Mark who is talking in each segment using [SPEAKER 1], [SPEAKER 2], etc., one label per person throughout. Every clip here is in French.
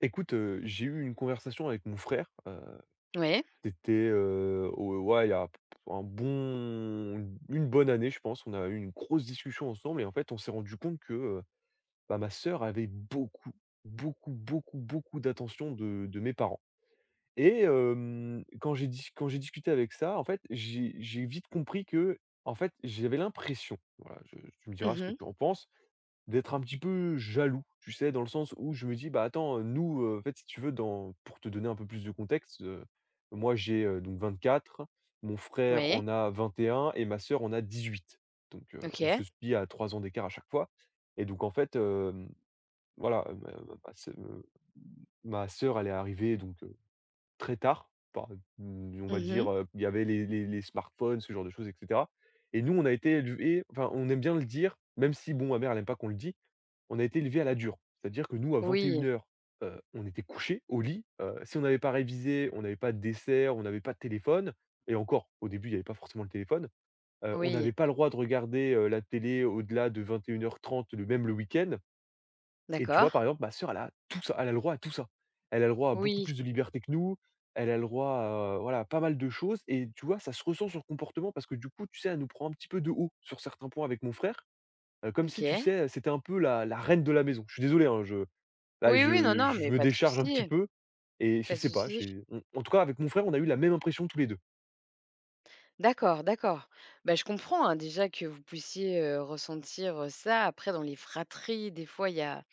[SPEAKER 1] Écoute, j'ai eu une conversation avec mon frère,
[SPEAKER 2] Oui.
[SPEAKER 1] c'était, au ouais, il y a un bon une bonne année, je pense. On a eu une grosse discussion ensemble et en fait, on s'est rendu compte que, bah, ma sœur avait beaucoup, beaucoup, beaucoup, beaucoup d'attention de mes parents et hem, quand j'ai dis quand j'ai discuté avec ça, en fait, j'ai vite compris que, en fait, j'avais l'impression, voilà, je tu me diras
[SPEAKER 2] Mhm,
[SPEAKER 1] ce que
[SPEAKER 2] mh.
[SPEAKER 1] tu en penses, d'être un petit peu jaloux, tu sais? Dans le sens où je me dis: «Bah, attends, nous, en fait, si tu veux, dans pour te donner un peu plus de contexte, moi, j'ai, donc 24, mon frère
[SPEAKER 2] Oui.
[SPEAKER 1] en a 21 et ma sœur en a 18. Donc on se
[SPEAKER 2] OK.
[SPEAKER 1] suit à 3 ans d'écart à chaque fois et donc en fait, voilà, ma sœur, elle est arrivée donc très tard, on va
[SPEAKER 2] Mhm,
[SPEAKER 1] dire, il y avait les smartphones, ce genre de choses et cetera. Et nous, on a été élevés, enfin, on aime bien le dire, même si bon, ma mère, elle aime pas qu'on le dise. On a été élevés à la dure. C'est-à-dire que nous, à 21:00,
[SPEAKER 2] oui,
[SPEAKER 1] heures, on était couchés au lit, si on n'avait pas révisé, on n'avait pas de dessert, on n'avait pas de téléphone, et encore, au début, il n'y avait pas forcément le téléphone, on n'avait
[SPEAKER 2] oui,
[SPEAKER 1] pas le droit de regarder, la télé au-delà de 21 h 30, le week-end. Et tu vois,
[SPEAKER 2] d'accord.
[SPEAKER 1] par exemple, ma sœur, elle a tout ça, elle a le droit à tout ça. Elle a le droit à beaucoup
[SPEAKER 2] Oui,
[SPEAKER 1] plus de liberté que nous, elle a le droit à, voilà, à pas mal de choses, et tu vois, ça se ressent sur le comportement parce que du coup, tu sais, elle nous prend un petit peu de haut sur certains points avec mon frère, comme si, tu
[SPEAKER 2] OK.
[SPEAKER 1] sais, c'était un peu la reine de la maison. Je suis désolé, hein, je là,
[SPEAKER 2] Oui, oui, non, non,
[SPEAKER 1] je
[SPEAKER 2] mais
[SPEAKER 1] me
[SPEAKER 2] pas de
[SPEAKER 1] décharge un petit
[SPEAKER 2] souci,
[SPEAKER 1] peu, et je
[SPEAKER 2] pas de
[SPEAKER 1] sais pas,
[SPEAKER 2] souci.
[SPEAKER 1] j'ai on, en tout cas, avec mon frère, on a eu la même impression tous les deux.
[SPEAKER 2] D'accord, d'accord. Bah, je comprends, hein, déjà que vous puissiez, ressentir, ça. Après dans les fratries, des fois, il y a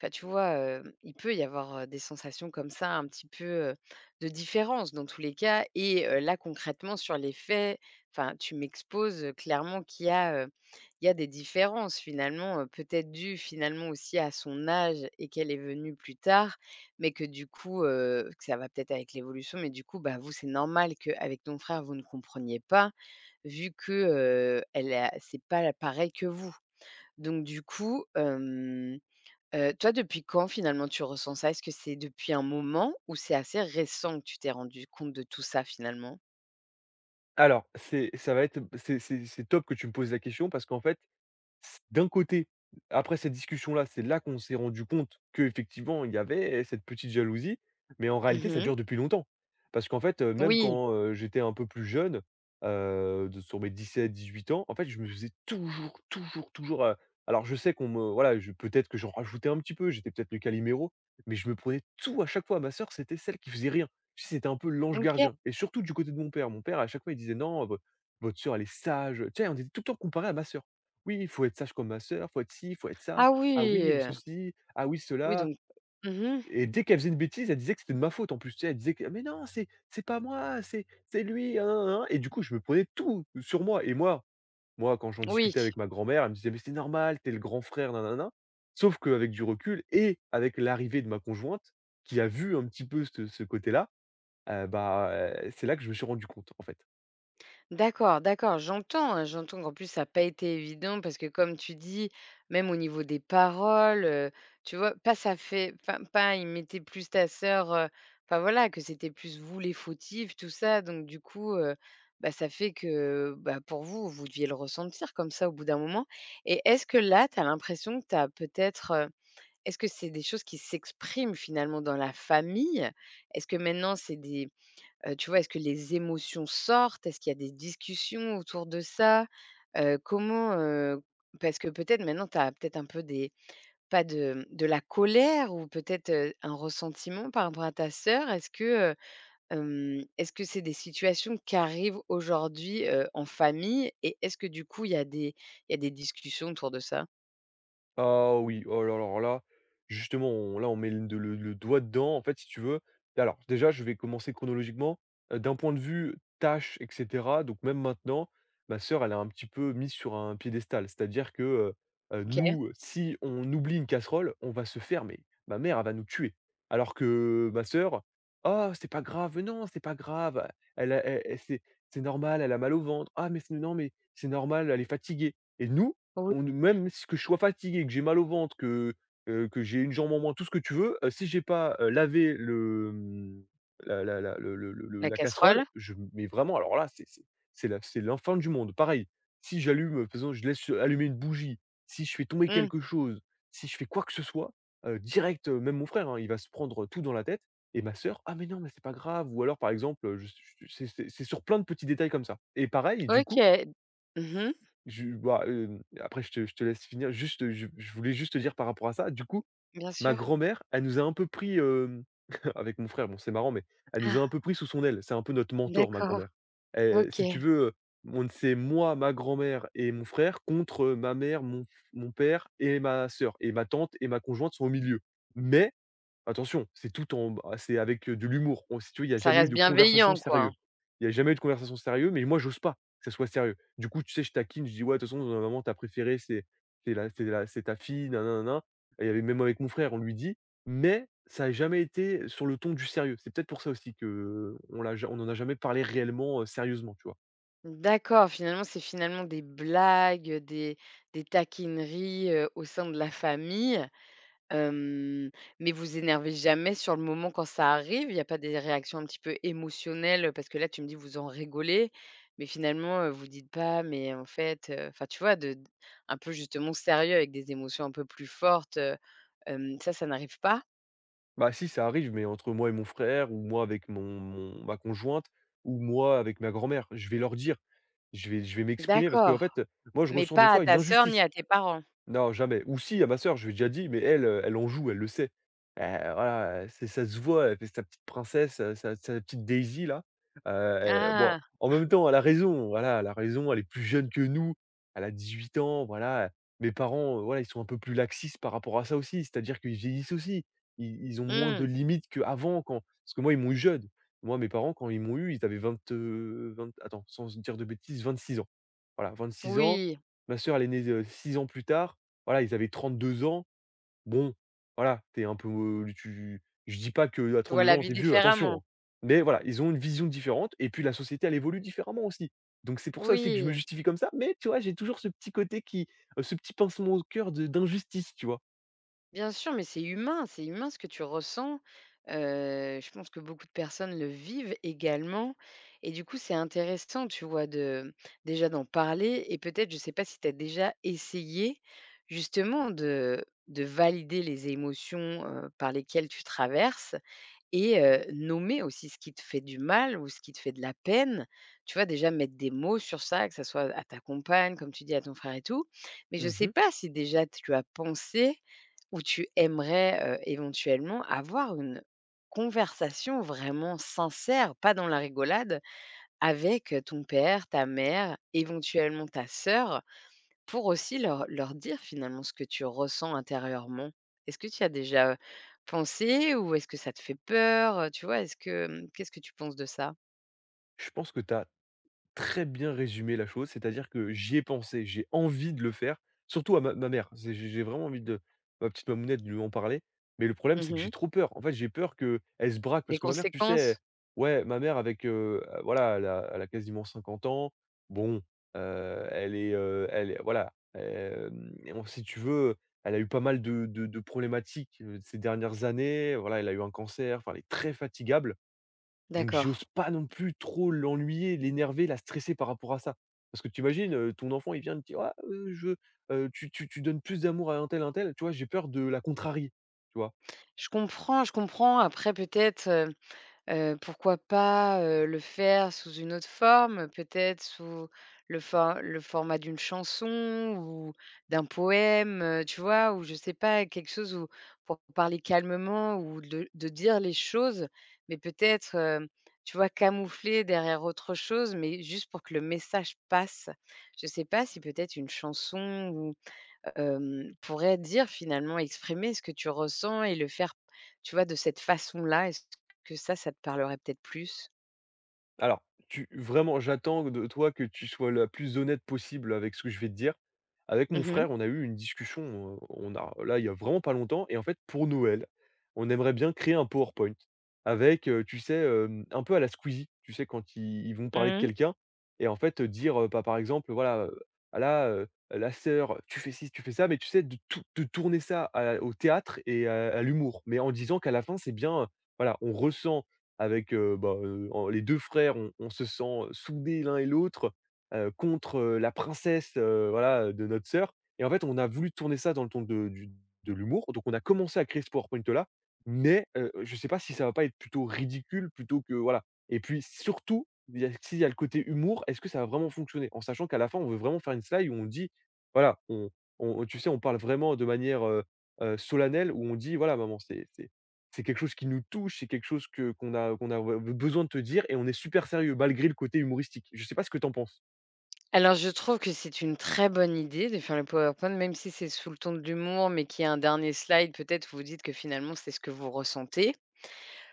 [SPEAKER 2] enfin, tu vois, il peut y avoir, des sensations comme ça un petit peu, heu, de différence dans tous les cas et là concrètement sur les faits, enfin tu m'exposes, clairement qu'il y a, il y a des différences finalement, peut-être dues finalement aussi à son âge et qu'elle est venue plus tard, mais que du coup, que ça va peut-être avec l'évolution, mais du coup, bah, vous c'est normal qu'avec ton frère vous ne compreniez pas vu que, elle a c'est pas pareil que vous. Donc du coup, toi, depuis quand finalement tu ressens ça? Est-ce que c'est depuis un moment ou c'est assez récent que tu t'es rendu compte de tout ça finalement?
[SPEAKER 1] Alors, c'est ça va être c'est top que tu me poses la question parce qu'en fait, d'un côté, après cette discussion-là, c'est là qu'on s'est rendu compte qu'effectivement, il y avait cette petite jalousie, mais en réalité, ça
[SPEAKER 2] Mmh.
[SPEAKER 1] dure depuis longtemps. Parce qu'en fait, même
[SPEAKER 2] Oui,
[SPEAKER 1] quand, j'étais un peu plus jeune, de sur mes 17-18 ans, en fait, je me faisais toujours, toujours, toujours, alors je sais qu'on me, voilà, je peut-être que j'en rajoutais un petit peu, j'étais peut-être le Calimero, mais je me prenais tout à chaque fois. Ma sœur, c'était celle qui faisait rien. Tu sais, c'était un peu l'ange
[SPEAKER 2] OK.
[SPEAKER 1] gardien et surtout du côté de mon père. Mon père, à chaque fois, il disait: «Non, votre sœur, elle est sage». Tu sais, on était tout le temps comparé à ma sœur. Oui, il faut être sage comme ma sœur, faut être ci, il faut être ça.
[SPEAKER 2] Ah
[SPEAKER 1] Ah
[SPEAKER 2] oui,
[SPEAKER 1] oui,
[SPEAKER 2] heu,
[SPEAKER 1] ceci, ah oui,
[SPEAKER 2] oui
[SPEAKER 1] cela.
[SPEAKER 2] donc mmh
[SPEAKER 1] Et dès qu'elle faisait une bêtise, elle disait que c'était de ma faute en plus, tu sais? Elle disait que: «Mais non, c'est pas moi, c'est lui, hein, hein, hein», et du coup, je me prenais tout sur moi. Et moi, quand j'en
[SPEAKER 2] oui.
[SPEAKER 1] discutais avec ma grand-mère, elle me disait: «Mais c'est normal, t'es le grand frère, nanana, nin nin». Sauf qu'avec du recul et avec l'arrivée de ma conjointe qui a vu un petit peu ce côté-là, bah, c'est là que je me suis rendu compte, en fait.
[SPEAKER 2] D'accord, d'accord, j'entends, hein, j'entends qu'en plus ça n'a pas été évident parce que comme tu dis, même au niveau des paroles, tu vois? Pas ça fait enfin pas il mettait plus ta sœur, enfin voilà que c'était plus vous les fautifs tout ça donc du coup, bah, ça fait que, bah, pour vous, vous deviez le ressentir comme ça au bout d'un moment et est-ce que là, tu as l'impression que tu as peut-être, est-ce que c'est des choses qui s'expriment finalement dans la famille? Est-ce que maintenant c'est des tu vois, est-ce que les émotions sortent? Est-ce qu'il y a des discussions autour de ça? Comment, parce que peut-être maintenant tu as peut-être un peu des pas de la colère ou peut-être, un ressentiment par rapport à ta sœur. Est-ce que, heu, est-ce que c'est des situations qui arrivent aujourd'hui, en famille? Et est-ce que du coup il y a des il y a des discussions autour de ça?
[SPEAKER 1] Ah oui, oh là là, alors là, justement, on met le doigt dedans, en fait, si tu veux. Alors, déjà, je vais commencer chronologiquement. D'un point de vue tâche, et cetera, donc même maintenant, ma sœur, elle est un petit peu mise sur un piédestal. C'est-à-dire que,
[SPEAKER 2] OK.
[SPEAKER 1] nous, si on oublie une casserole, on va se faire, mais ma mère, elle va nous tuer. Alors que ma sœur: «Ah, c'est pas grave, non, c'est pas grave, elle a elle elle c'est normal, elle a mal au ventre. Ah mais c'est non, mais c'est normal, elle est fatiguée», et nous,
[SPEAKER 2] Oui.
[SPEAKER 1] on même si que je sois fatigué, que j'ai mal au ventre, que j'ai une jambe en moins, tout ce que tu veux, si j'ai pas, lavé la la la le-
[SPEAKER 2] La
[SPEAKER 1] la casserole,
[SPEAKER 2] casserole?
[SPEAKER 1] je mais vraiment alors là, c'est l'enfer du monde. Pareil, si j'allume, faisons, je laisse allumer une bougie, si je fais tomber
[SPEAKER 2] Mmh.
[SPEAKER 1] quelque chose, si je fais quoi que ce soit, direct, même mon frère, hein, il va se prendre tout dans la tête, et ma sœur: «Ah mais non, mais c'est pas grave», ou alors par exemple, je c'est sur plein de petits détails comme ça, et pareil, du coup,
[SPEAKER 2] OK. Mmh.
[SPEAKER 1] je bah, après je te laisse finir. Juste, je voulais juste te dire, par rapport à ça, du coup,
[SPEAKER 2] Bien
[SPEAKER 1] ma
[SPEAKER 2] sûr.
[SPEAKER 1] grand-mère, elle nous a un peu pris, avec mon frère, bon, c'est marrant, mais elle nous a
[SPEAKER 2] Ah,
[SPEAKER 1] un peu pris sous son aile. C'est un peu notre mentor, ma
[SPEAKER 2] d'accord.
[SPEAKER 1] grand-mère.
[SPEAKER 2] OK.
[SPEAKER 1] Si tu veux, on c'est moi, ma grand-mère et mon frère contre, ma mère, mon père et ma sœur, et ma tante et ma conjointe sont au milieu. Mais attention, c'est tout en ah, c'est avec, de l'humour. On si tu veux, il n'y a
[SPEAKER 2] Ça
[SPEAKER 1] jamais eu
[SPEAKER 2] reste
[SPEAKER 1] de conversation
[SPEAKER 2] bienveillant, quoi,
[SPEAKER 1] sérieuse.
[SPEAKER 2] hein.
[SPEAKER 1] Il n'y a jamais eu de conversation sérieuse, mais moi, j'ose pas que ça soit sérieux. Du coup, tu sais, je taquine, je dis: «Ouais, de toute façon, maman, ta préférée, c'est ta fille, na na na». Et il y avait même avec mon frère, on lui dit, mais ça n'a jamais été sur le ton du sérieux. C'est peut-être pour ça aussi que on l'a ja on en a jamais parlé réellement, sérieusement, tu vois?
[SPEAKER 2] D'accord, finalement, c'est finalement des blagues, des taquineries, au sein de la famille, hem, mais vous énervez jamais sur le moment quand ça arrive? Il n'y a pas des réactions un petit peu émotionnelles? Parce que là, tu me dis, vous en rigolez, mais finalement, vous dites pas: «Mais en fait, heu», enfin, tu vois? De d un peu justement sérieux avec des émotions un peu plus fortes, ça, ça n'arrive pas?
[SPEAKER 1] Bah si, ça arrive, mais entre moi et mon frère, ou moi avec mon mon ma conjointe, ou moi avec ma grand-mère, je vais leur dire. Je vais m'exprimer, parce que en fait,
[SPEAKER 2] D'accord,
[SPEAKER 1] moi, je
[SPEAKER 2] mais
[SPEAKER 1] ressens des
[SPEAKER 2] pas à
[SPEAKER 1] fois une
[SPEAKER 2] ta sœur ni
[SPEAKER 1] injustice.
[SPEAKER 2] à tes parents?
[SPEAKER 1] Non, jamais. Ou si, à ma sœur, je lui ai déjà dit, mais elle, elle en joue, elle le sait. Heu, voilà, c'est ça se voit, elle fait sa petite princesse, sa petite Daisy là. Heu, elle Bon,
[SPEAKER 2] Ah!
[SPEAKER 1] en même temps, elle a raison, voilà, elle a raison, elle est plus jeune que nous, elle a 18 ans, voilà. Mes parents, voilà, ils sont un peu plus laxistes par rapport à ça aussi, c'est-à-dire qu'ils vieillissent aussi. Ils ont moins de
[SPEAKER 2] Mmh,
[SPEAKER 1] limites qu'avant, quand parce que moi, ils m'ont eu jeune. Moi, mes parents, quand ils m'ont eu, ils avaient 20, attends, sans dire de bêtises, 26 ans. Voilà, 26 ans.
[SPEAKER 2] oui,
[SPEAKER 1] Ma sœur, elle est née, 6 ans plus tard. Voilà, ils avaient 32 ans. Bon, voilà, t'es un peu, tu je dis pas que qu'à
[SPEAKER 2] tu vois
[SPEAKER 1] 32
[SPEAKER 2] la
[SPEAKER 1] ans,
[SPEAKER 2] vie
[SPEAKER 1] t'es vieux, attention,
[SPEAKER 2] différemment.
[SPEAKER 1] hein. Mais voilà, ils ont une vision différente, et puis la société, elle évolue différemment aussi. Donc c'est pour ça aussi que je me
[SPEAKER 2] Oui.
[SPEAKER 1] justifie comme ça, mais tu vois, j'ai toujours ce petit côté qui, ce petit pincement au cœur de d'injustice, tu vois?
[SPEAKER 2] Bien sûr, mais c'est humain ce que tu ressens. Je pense que beaucoup de personnes le vivent également et du coup, c'est intéressant, tu vois, de déjà d'en parler et peut-être, je ne sais pas si tu as déjà essayé justement de valider les émotions, par lesquelles tu traverses et nommer aussi ce qui te fait du mal ou ce qui te fait de la peine. Tu vois, déjà mettre des mots sur ça, que ça soit à ta compagne, comme tu dis, à ton frère et tout. Mais je ne sais
[SPEAKER 1] Mmh.
[SPEAKER 2] pas si déjà tu as pensé ou tu aimerais, éventuellement avoir une conversation vraiment sincère, pas dans la rigolade, avec ton père, ta mère, éventuellement ta sœur. Pour aussi leur leur dire finalement ce que tu ressens intérieurement. Est-ce que tu y as déjà pensé ou est-ce que ça te fait peur? Tu vois? Est-ce que, mmh, qu'est-ce que tu penses de ça?
[SPEAKER 1] Je pense que tu très bien résumé la chose, c'est-à-dire que j'y ai pensé, j'ai envie de le faire, surtout à ma mère. J'ai vraiment envie, de ma petite mamounette, de lui en parler. Mais le problème, c'est que j'ai
[SPEAKER 2] Mmh.
[SPEAKER 1] trop peur. En fait, j'ai peur que elle se braque,
[SPEAKER 2] Les
[SPEAKER 1] parce que ma mère, tu sais,
[SPEAKER 2] conséquences?
[SPEAKER 1] ouais, ma mère avec, voilà, elle a quasiment 50 ans. Bon, elle est, voilà, si tu veux, elle a eu pas mal de problématiques, ces dernières années. Voilà, elle a eu un cancer. Enfin, elle est très fatigable. Donc
[SPEAKER 2] D'accord.
[SPEAKER 1] j'ose pas non plus trop l'ennuyer, l'énerver, la stresser par rapport à ça. Parce que tu imagines, ton enfant, il vient, il me dit: «Ah, je veux, tu donnes plus d'amour à un tel, un tel». Tu vois, j'ai peur de la contrarier, tu vois?
[SPEAKER 2] Je comprends, je comprends. Après peut-être, pourquoi pas, le faire sous une autre forme, peut-être sous le for le format d'une chanson ou d'un poème, tu vois? Ou je sais pas, quelque chose où pour parler calmement ou de dire les choses, mais peut-être, tu vois, camoufler derrière autre chose, mais juste pour que le message passe. Je sais pas si peut-être une chanson ou hem, pourrait dire finalement, exprimer ce que tu ressens et le faire, tu vois, de cette façon-là. Est-ce que ça te parlerait peut-être plus?
[SPEAKER 1] Alors, tu vraiment, j'attends de toi que tu sois la plus honnête possible avec ce que je vais te dire. Avec mon
[SPEAKER 2] Mmh mh.
[SPEAKER 1] frère, on a eu une discussion, il y a vraiment pas longtemps. Et en fait, pour Noël, on aimerait bien créer un PowerPoint avec, tu sais, un peu à la Squeezie, tu sais, quand ils vont parler de
[SPEAKER 2] Mmh.
[SPEAKER 1] quelqu'un. Et en fait, dire, pas par exemple, voilà, ah là, la sœur, tu fais ci, tu fais ça, mais tu sais, de tourner ça au théâtre et à l'humour. Mais en disant qu'à la fin, c'est bien, voilà, on ressent, avec, en les 2 frères, on se sent soudés l'un et l'autre, contre, la princesse, voilà, de notre sœur. Et en fait, on a voulu tourner ça dans le ton de l'humour, donc on a commencé à créer ce PowerPoint là, mais je ne sais pas si ça va pas être plutôt ridicule plutôt que voilà. Et puis surtout, il y a s'il y a le côté humour, est-ce que ça va vraiment fonctionner? En sachant qu'à la fin, on veut vraiment faire une slide où on dit, voilà, on, tu sais, on parle vraiment de manière, solennelle, où on dit: «Voilà maman, c'est quelque chose qui nous touche, c'est quelque chose que qu'on a qu'on a, ouais, besoin de te dire, et on est super sérieux malgré le côté humoristique». Je sais pas ce que t'en penses?
[SPEAKER 2] Alors je trouve que c'est une très bonne idée de faire le PowerPoint, même si c'est sous le ton de l'humour, mais qu'il y a un dernier slide peut-être vous dites que finalement c'est ce que vous ressentez.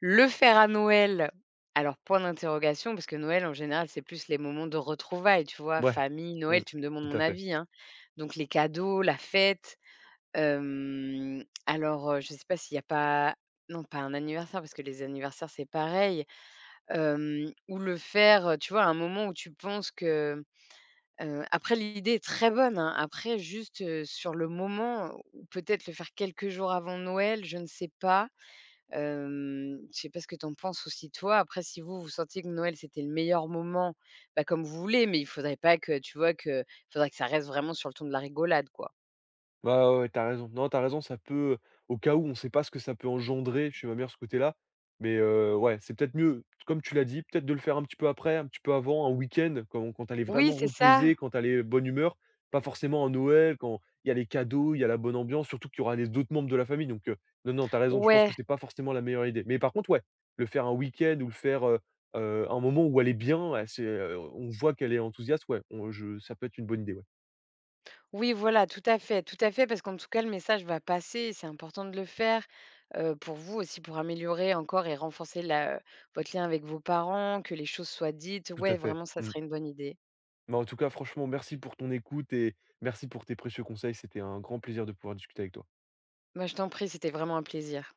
[SPEAKER 2] Le faire à Noël, alors point d'interrogation, parce que Noël en général, c'est plus les moments de retrouvailles, tu vois?
[SPEAKER 1] Ouais.
[SPEAKER 2] Famille,
[SPEAKER 1] Mmh.
[SPEAKER 2] Noël, tu me demandes
[SPEAKER 1] Tout
[SPEAKER 2] mon
[SPEAKER 1] à fait.
[SPEAKER 2] avis, hein, donc les cadeaux, la fête. Alors, je ne sais pas s'il n'y a pas non pas un anniversaire parce que les anniversaires c'est pareil, ou le faire, tu vois, à un moment où tu penses que, après l'idée est très bonne, hein, après juste, sur le moment ou peut-être le faire quelques jours avant Noël, je ne sais pas. Je sais pas ce que tu en penses aussi toi. Après si vous, vous sentiez que Noël c'était le meilleur moment, bah, comme vous voulez, mais il faudrait pas que, tu vois, que faudrait que ça reste vraiment sur le ton de la rigolade, quoi.
[SPEAKER 1] Bah ouais, ouais, t'as raison. Non, t'as raison, ça peut, au cas où, on sait pas ce que ça peut engendrer chez ma mère, ce côté-là. Mais ouais, c'est peut-être mieux, comme tu l'as dit, peut-être de le faire un petit peu après, un petit peu avant, un week-end, quand elle est
[SPEAKER 2] Oui,
[SPEAKER 1] vraiment
[SPEAKER 2] c'est ça.
[SPEAKER 1] reposée, quand elle est bonne humeur. Pas forcément à Noël, quand il y a les cadeaux, il y a la bonne ambiance, surtout qu'il y aura les d'autres membres de la famille. Donc non, non, t'as raison, je pense que
[SPEAKER 2] Ouais.
[SPEAKER 1] c'est pas forcément la meilleure idée. Mais par contre, ouais, le faire un week-end ou le faire, un moment où elle est bien, ouais, c'est, on voit qu'elle est enthousiaste, ouais, on je ça peut être une bonne idée, ouais.
[SPEAKER 2] Oui, voilà, tout à fait, parce qu'en tout cas, le message va passer et c'est important de le faire pour vous aussi, pour améliorer encore et renforcer la, votre lien avec vos parents, que les choses soient dites.
[SPEAKER 1] Tout à
[SPEAKER 2] Ouais,
[SPEAKER 1] fait.
[SPEAKER 2] vraiment, ça
[SPEAKER 1] Mmh.
[SPEAKER 2] serait une bonne idée.
[SPEAKER 1] Mais en tout cas, franchement, merci pour ton écoute, et merci pour tes précieux conseils. C'était un grand plaisir de pouvoir discuter avec toi.
[SPEAKER 2] Moi, je t'en prie, c'était vraiment un plaisir.